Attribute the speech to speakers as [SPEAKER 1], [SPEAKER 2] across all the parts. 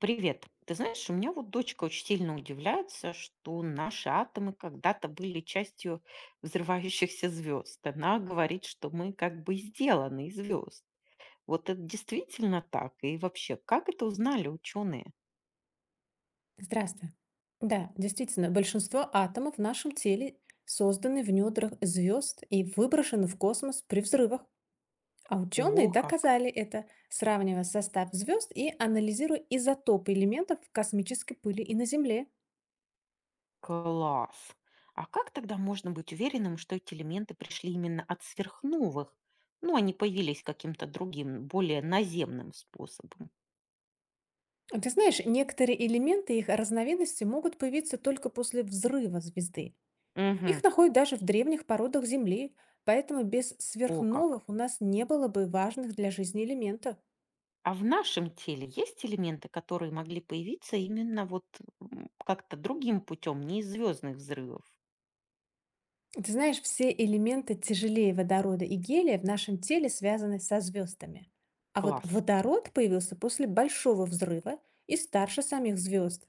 [SPEAKER 1] Привет. Ты знаешь, у меня вот дочка очень сильно удивляется, что наши атомы когда-то были частью взрывающихся звезд. Она говорит, что мы как бы сделаны из звезд. Вот это действительно так? И вообще, как это узнали ученые?
[SPEAKER 2] Здравствуй. Да, действительно, большинство атомов в нашем теле созданы в недрах звезд и выброшены в космос при взрывах. А ученые
[SPEAKER 1] О, как!
[SPEAKER 2] доказали это, сравнивая состав звезд и анализируя изотопы элементов в космической пыли и на Земле.
[SPEAKER 1] Класс! А как тогда можно быть уверенным, что эти элементы пришли именно от сверхновых? Ну, они появились каким-то другим, более наземным способом.
[SPEAKER 2] А ты знаешь, некоторые элементы и их разновидности могут появиться только после взрыва звезды. Их
[SPEAKER 1] Угу.
[SPEAKER 2] находят даже в древних породах Земли, поэтому без
[SPEAKER 1] О,
[SPEAKER 2] сверхновых
[SPEAKER 1] как!
[SPEAKER 2] у нас не было бы важных для жизни элементов.
[SPEAKER 1] А в нашем теле есть элементы, которые могли появиться именно вот как-то другим путем, не из звездных взрывов?
[SPEAKER 2] Ты знаешь, все элементы тяжелее водорода и гелия в нашем теле связаны со звездами. А вот
[SPEAKER 1] Класс.
[SPEAKER 2] водород появился после большого взрыва и старше самих звезд.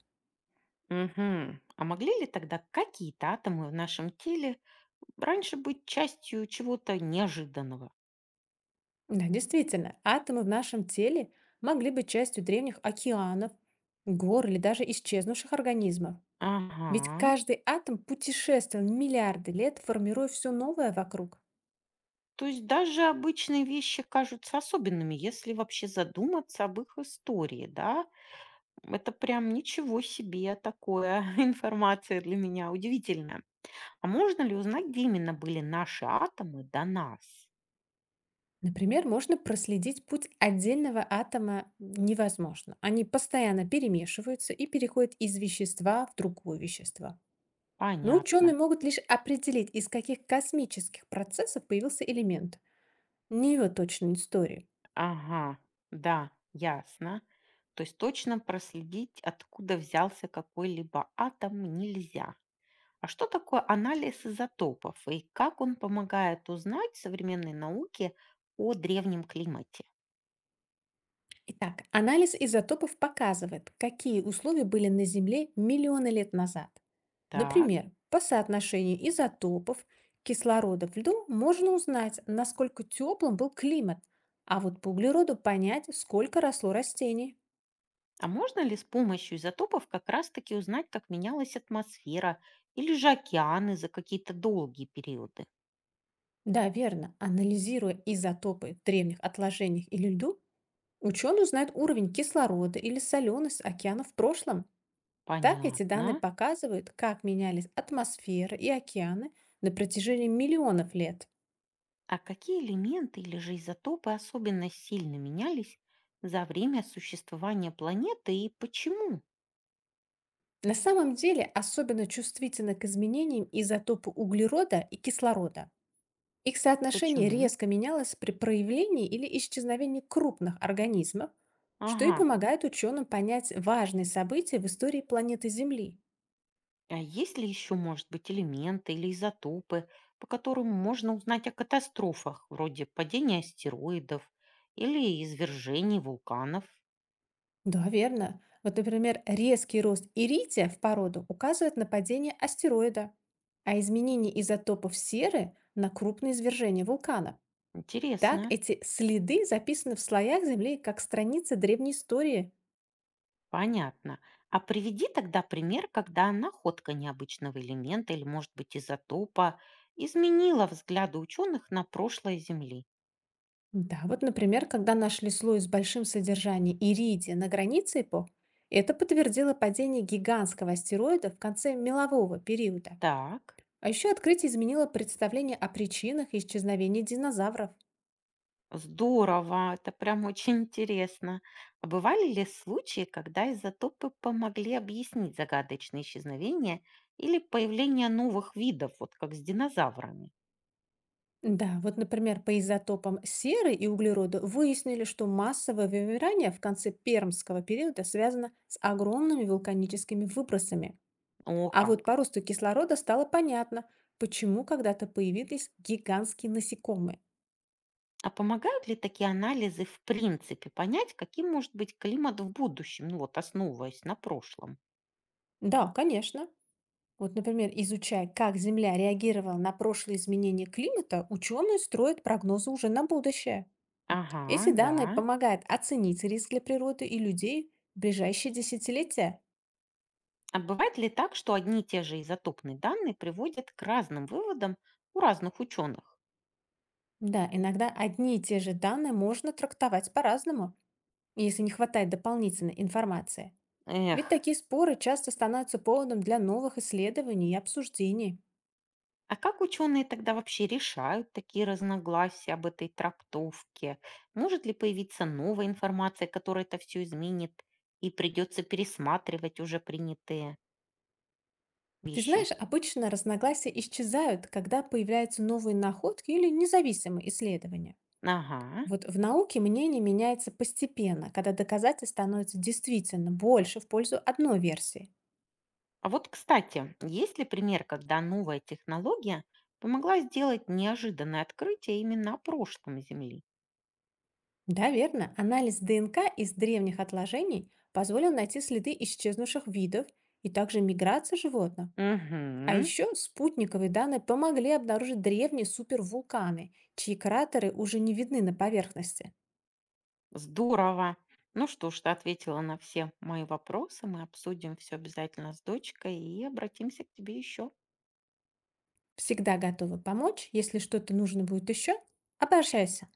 [SPEAKER 1] Мгм. А могли ли тогда какие-то атомы в нашем теле раньше быть частью чего-то неожиданного?
[SPEAKER 2] Да, действительно, атомы в нашем теле могли быть частью древних океанов, гор или даже исчезнувших организмов. Ведь
[SPEAKER 1] Ага.
[SPEAKER 2] каждый атом путешествовал миллиарды лет, формируя все новое вокруг.
[SPEAKER 1] То есть даже обычные вещи кажутся особенными, если вообще задуматься об их истории, да? Это прям ничего себе такое информация для меня удивительная. А можно ли узнать, где именно были наши атомы до нас?
[SPEAKER 2] Например, можно проследить путь отдельного атома невозможно. Они постоянно перемешиваются и переходят из вещества в другое вещество. Но ученые
[SPEAKER 1] Понятно.
[SPEAKER 2] могут лишь определить, из каких космических процессов появился элемент, не его точную историю.
[SPEAKER 1] Ага, да, ясно. То есть точно проследить, откуда взялся какой-либо атом, нельзя. А что такое анализ изотопов и как он помогает узнать современной науке о древнем климате?
[SPEAKER 2] Итак, анализ изотопов показывает, какие условия были на Земле миллионы лет назад.
[SPEAKER 1] Так,
[SPEAKER 2] Например, по соотношению изотопов кислорода в льду можно узнать, насколько теплым был климат, а вот по углероду понять, сколько росло растений.
[SPEAKER 1] а можно ли с помощью изотопов как раз-таки узнать, как менялась атмосфера или же океаны за какие-то долгие периоды?
[SPEAKER 2] Да, верно. Анализируя изотопы в древних отложениях или льду, ученые узнают уровень кислорода или соленость океана в прошлом. Так эти
[SPEAKER 1] Понятно.
[SPEAKER 2] данные показывают, как менялись атмосфера и океаны на протяжении миллионов лет.
[SPEAKER 1] А какие элементы или же изотопы особенно сильно менялись за время существования планеты и почему?
[SPEAKER 2] На самом деле особенно чувствительны к изменениям изотопы углерода и кислорода. Их соотношение
[SPEAKER 1] Почему?
[SPEAKER 2] резко менялось при проявлении или исчезновении крупных организмов, что и
[SPEAKER 1] Ага,
[SPEAKER 2] помогает ученым понять важные события в истории планеты Земли.
[SPEAKER 1] а есть ли еще, может быть, элементы или изотопы, по которым можно узнать о катастрофах, вроде падения астероидов или извержений вулканов?
[SPEAKER 2] Да, верно. Вот, например, резкий рост ирития в породу указывает на падение астероида, а изменение изотопов серы — на крупные извержения вулкана. Так
[SPEAKER 1] Интересно.
[SPEAKER 2] эти следы записаны в слоях Земли как страницы древней истории.
[SPEAKER 1] Понятно. А приведи тогда пример, когда находка необычного элемента или, может быть, изотопа изменила взгляды ученых на прошлое Земли.
[SPEAKER 2] Да, вот, например, когда нашли слой с большим содержанием иридия на границе эпох, это подтвердило падение гигантского астероида в конце мелового периода.
[SPEAKER 1] Так,
[SPEAKER 2] А еще открытие изменило представление о причинах исчезновения динозавров.
[SPEAKER 1] здорово, это прям очень интересно. А бывали ли случаи, когда изотопы помогли объяснить загадочные исчезновения или появление новых видов, вот как с динозаврами?
[SPEAKER 2] Да, вот, например, по изотопам серы и углерода выяснили, что массовое вымирание в конце пермского периода связано с огромными вулканическими выбросами.
[SPEAKER 1] О,
[SPEAKER 2] А вот по
[SPEAKER 1] как!
[SPEAKER 2] росту кислорода стало понятно, почему когда-то появились гигантские насекомые.
[SPEAKER 1] А помогают ли такие анализы в принципе понять, каким может быть климат в будущем, ну вот основываясь на прошлом?
[SPEAKER 2] Да, конечно. Вот, например, изучая, как Земля реагировала на прошлые изменения климата, ученые строят прогнозы уже на будущее.
[SPEAKER 1] Ага,
[SPEAKER 2] Эти
[SPEAKER 1] да.
[SPEAKER 2] данные помогают оценить риск для природы и людей в ближайшие десятилетия.
[SPEAKER 1] А бывает ли так, что одни и те же изотопные данные приводят к разным выводам у разных ученых?
[SPEAKER 2] Да, иногда одни и те же данные можно трактовать по-разному, если не хватает дополнительной информации.
[SPEAKER 1] Эх,
[SPEAKER 2] Ведь такие споры часто становятся поводом для новых исследований и обсуждений.
[SPEAKER 1] а как ученые тогда вообще решают такие разногласия об этой трактовке? Может ли появиться новая информация, которая это все изменит, и придется пересматривать уже принятые
[SPEAKER 2] Ты
[SPEAKER 1] вещи?
[SPEAKER 2] знаешь, обычно разногласия исчезают, когда появляются новые находки или независимые исследования.
[SPEAKER 1] Ага.
[SPEAKER 2] Вот в науке мнение меняется постепенно, когда доказательств становится действительно больше в пользу одной версии.
[SPEAKER 1] А вот, кстати, есть ли пример, когда новая технология помогла сделать неожиданное открытие именно о прошлом Земли?
[SPEAKER 2] Да, верно. Анализ ДНК из древних отложений позволил найти следы исчезнувших видов и также миграции животных. А
[SPEAKER 1] Угу.
[SPEAKER 2] еще спутниковые данные помогли обнаружить древние супервулканы, чьи кратеры уже не видны на поверхности.
[SPEAKER 1] Здорово. Ну что ж, ты ответила на все мои вопросы. Мы обсудим все обязательно с дочкой и обратимся к тебе еще.
[SPEAKER 2] Всегда готовы помочь, если что-то нужно будет еще, обращайся.